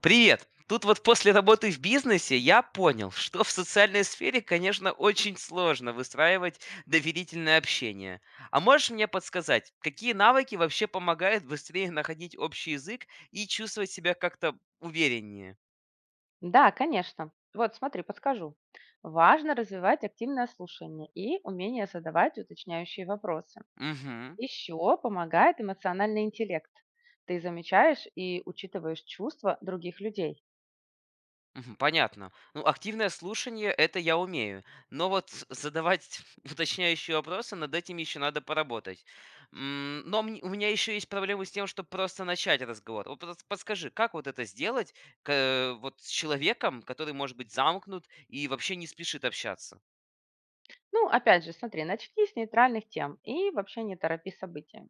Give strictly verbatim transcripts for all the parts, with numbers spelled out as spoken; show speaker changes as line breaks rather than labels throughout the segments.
Привет! Тут вот после работы в бизнесе я понял, что в социальной сфере, конечно, очень сложно выстраивать доверительное общение. А можешь мне подсказать, какие навыки вообще помогают быстрее находить общий язык и чувствовать себя как-то увереннее?
Да, конечно. Вот смотри, подскажу. Важно развивать активное слушание и умение задавать уточняющие вопросы.
Угу.
Еще помогает эмоциональный интеллект. Ты замечаешь и учитываешь чувства других людей.
Мгм. Понятно. Ну, активное слушание- это я умею. Но вот с- задавать уточняющие вопросы, над этим еще надо поработать. М, Но мне- у меня еще есть проблемы с тем, чтобы просто начать разговор. Вот подс- подскажи, как вот это сделать к- э, вот с человеком, который может быть замкнут и вообще не спешит общаться?
Ну, опять же, смотри, начни с нейтральных тем и вообще не торопи события.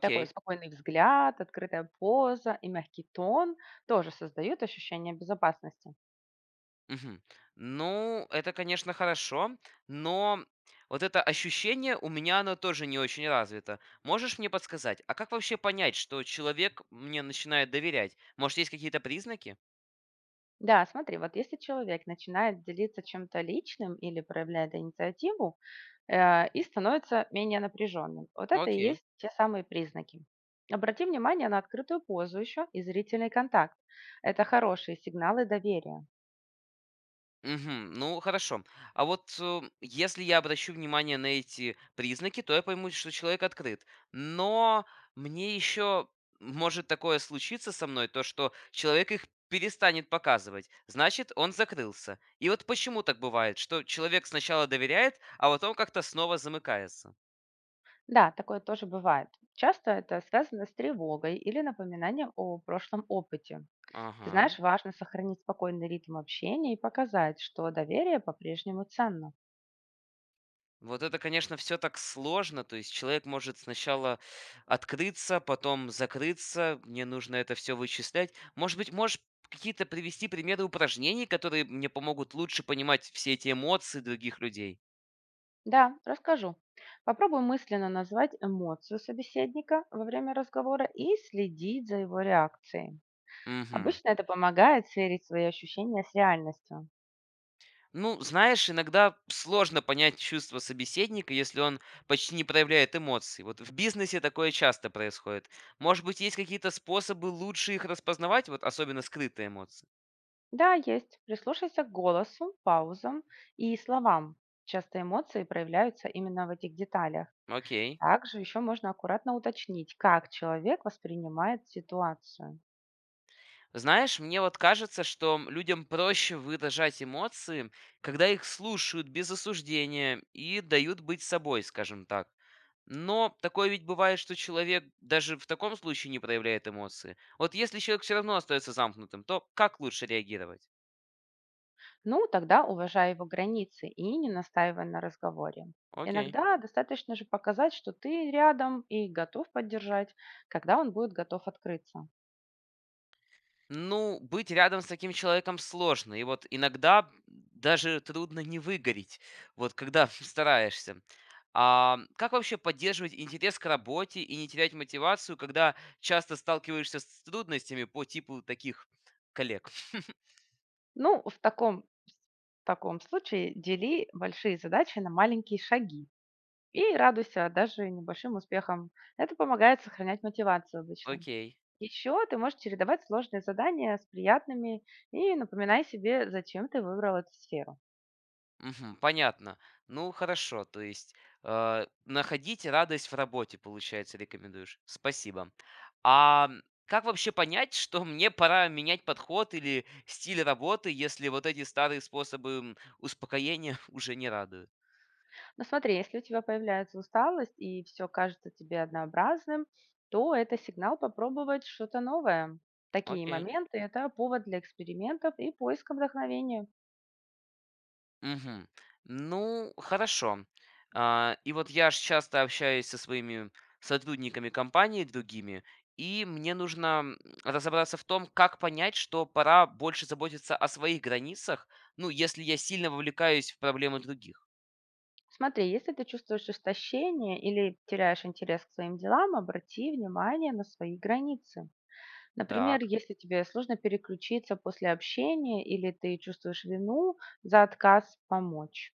Такой спокойный взгляд, открытая поза и мягкий тон тоже создают ощущение безопасности.
Мгм. Ну, это, конечно, хорошо, но вот это ощущение у меня оно тоже не очень развито. Можешь мне подсказать, а как вообще понять, что человек мне начинает доверять? Может, есть какие-то признаки?
Да, смотри, вот если человек начинает делиться чем-то личным или проявляет инициативу, э, и становится менее напряженным. Вот это и
Окей.
есть те самые признаки. Обрати внимание на открытую позу еще и зрительный контакт. Это хорошие сигналы доверия.
Мгм. Ну, хорошо. А вот э, если я обращу внимание на эти признаки, то я пойму, что человек открыт. Но мне еще может такое случиться со мной, то что человек их перестанет показывать. Значит, он закрылся. И вот почему так бывает, что человек сначала доверяет, а потом как-то снова замыкается.
Да, такое тоже бывает. Часто это связано с тревогой или напоминанием о прошлом опыте. Ты
Ага.
знаешь, важно сохранить спокойный ритм общения и показать, что доверие по-прежнему ценно.
Вот это, конечно, все так сложно. То есть человек может сначала открыться, потом закрыться. Мне нужно это все вычислять. Может быть, можешь какие-то привести примеры упражнений, которые мне помогут лучше понимать все эти эмоции других людей?
Да, расскажу. Попробуй мысленно назвать эмоцию собеседника во время разговора и следить за его реакцией.
Мгм.
Обычно это помогает сверить свои ощущения с реальностью.
Ну, знаешь, иногда сложно понять чувства собеседника, если он почти не проявляет эмоций. Вот в бизнесе такое часто происходит. Может быть, есть какие-то способы лучше их распознавать, вот особенно скрытые эмоции?
Да, есть. Прислушайся к голосу, паузам и словам. Часто эмоции проявляются именно в этих деталях.
Окей.
Также еще можно аккуратно уточнить, как человек воспринимает ситуацию.
Знаешь, мне вот кажется, что людям проще выражать эмоции, когда их слушают без осуждения и дают быть собой, скажем так. Но такое ведь бывает, что человек даже в таком случае не проявляет эмоции. Вот если человек все равно остается замкнутым, то как лучше реагировать?
Ну, тогда уважай его границы и не настаивай на разговоре.
Окей.
Иногда достаточно же показать, что ты рядом и готов поддержать, когда он будет готов открыться.
Ну, быть рядом с таким человеком сложно. И вот иногда даже трудно не выгореть, вот когда стараешься. А как вообще поддерживать интерес к работе и не терять мотивацию, когда часто сталкиваешься с трудностями по типу таких коллег?
Ну, в таком в таком случае дели большие задачи на маленькие шаги и радуйся даже небольшим успехам. Это помогает сохранять мотивацию обычно.
Окей.
Еще ты можешь чередовать сложные задания с приятными и напоминай себе, зачем ты выбрал эту сферу.
Мгм. Понятно. Ну, хорошо. То есть, э, находить радость в работе, получается, рекомендуешь. Спасибо. А м, как вообще понять, что мне пора менять подход или стиль работы, если вот эти старые способы м, успокоения уже не радуют?
Но смотри, если у тебя появляется усталость и все кажется тебе однообразным, то это сигнал попробовать что-то новое. Такие
Окей.
моменты — это повод для экспериментов и поиска вдохновения.
Мгм. Ну, хорошо. А, и вот я ж часто общаюсь со своими сотрудниками компании другими, и мне нужно м, разобраться в том, как понять, что пора больше заботиться о своих границах, ну, если я сильно вовлекаюсь в проблемы других.
Смотри, если ты чувствуешь истощение или теряешь интерес к своим делам, обрати внимание на свои границы. Например,
Так.
если тебе сложно переключиться после общения или ты чувствуешь вину за отказ помочь.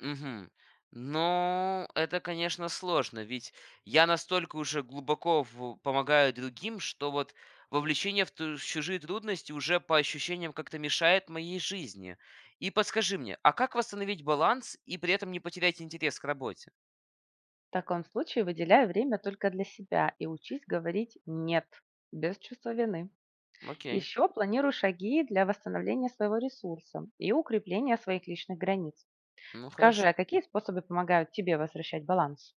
Мгм. Но это, конечно, сложно, ведь я настолько уже глубоко в- помогаю другим, что вот вовлечение в ту- в чужие трудности уже по ощущениям как-то мешает моей жизни. И подскажи мне, а как восстановить баланс и при этом не потерять интерес к работе?
В таком случае выделяй время только для себя и учись говорить «нет» без чувства вины.
Окей,
Еще планируй шаги для восстановления своего ресурса и укрепления своих личных границ.
ну
Скажи,
хорошо.
а какие способы помогают тебе возвращать баланс?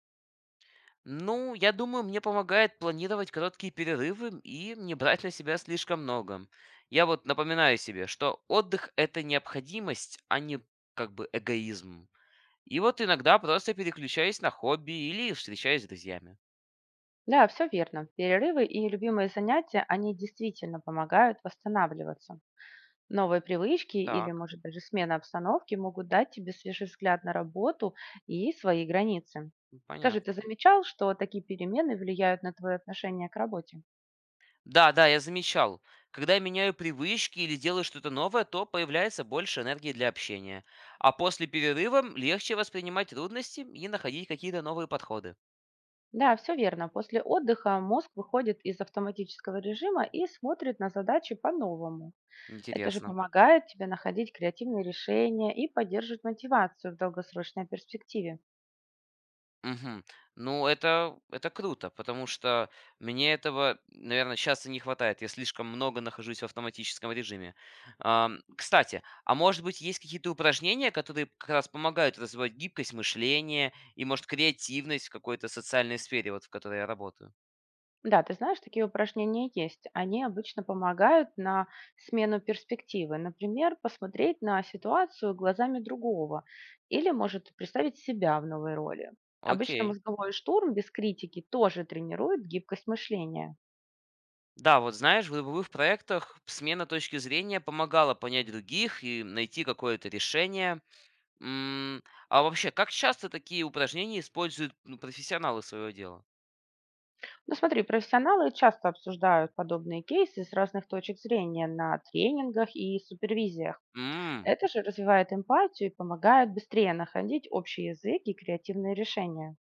Ну, я думаю, мне помогает планировать короткие перерывы и не брать на себя слишком много. Я вот напоминаю себе, что отдых— это необходимость, а не как бы эгоизм. И вот иногда просто переключаюсь на хобби или встречаюсь с друзьями.
Да, все верно. Перерывы и любимые занятия, они действительно помогают восстанавливаться. Новые привычки или,
Так,
может, даже смена обстановки могут дать тебе свежий взгляд на работу и свои границы.
ну,
Скажи, ты
понятно.
замечал, что такие перемены влияют на твое отношение к работе?
Да, да, я замечал. Когда я меняю привычки или делаю что-то новое, то появляется больше энергии для общения. А после перерыва легче воспринимать трудности и находить какие-то новые подходы.
Да, все верно. После отдыха мозг выходит из автоматического режима и смотрит на задачи по-новому. Это же
Интересно.
помогает тебе находить креативные решения и поддерживать мотивацию в долгосрочной перспективе.
Мгм. Ну, это это круто, потому что мне этого, наверное, часто не хватает. Я слишком много нахожусь в автоматическом режиме. Ам, кстати, а может быть, есть какие-то упражнения, которые как раз помогают развивать гибкость мышления и, может, креативность в какой-то социальной сфере, вот в которой я работаю?
Да, ты знаешь, такие упражнения есть. Они обычно помогают на смену перспективы. Например, посмотреть на ситуацию глазами другого или, может, представить себя в новой роли. Обычно
Окей.
мозговой штурм без критики тоже тренирует гибкость мышления.
Да, вот знаешь, в групповых проектах смена точки зрения помогала понять других и найти какое-то решение, М, а вообще, как часто такие упражнения используют, ну, профессионалы своего дела?
Но смотри, профессионалы часто обсуждают подобные кейсы с разных точек зрения на тренингах и супервизиях.
М,
Это же развивает эмпатию и помогает быстрее находить общий язык и креативные решения.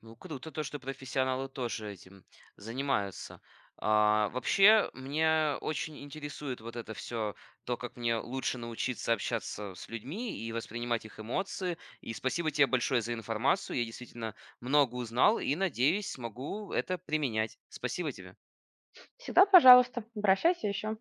ну круто то, что профессионалы тоже этим занимаются. А, вообще, меня очень интересует вот это все, то, как мне лучше научиться общаться с людьми и воспринимать их эмоции. И спасибо тебе большое за информацию. Я действительно много узнал и, надеюсь, смогу это применять. Спасибо тебе.
Всегда, пожалуйста, обращайся еще.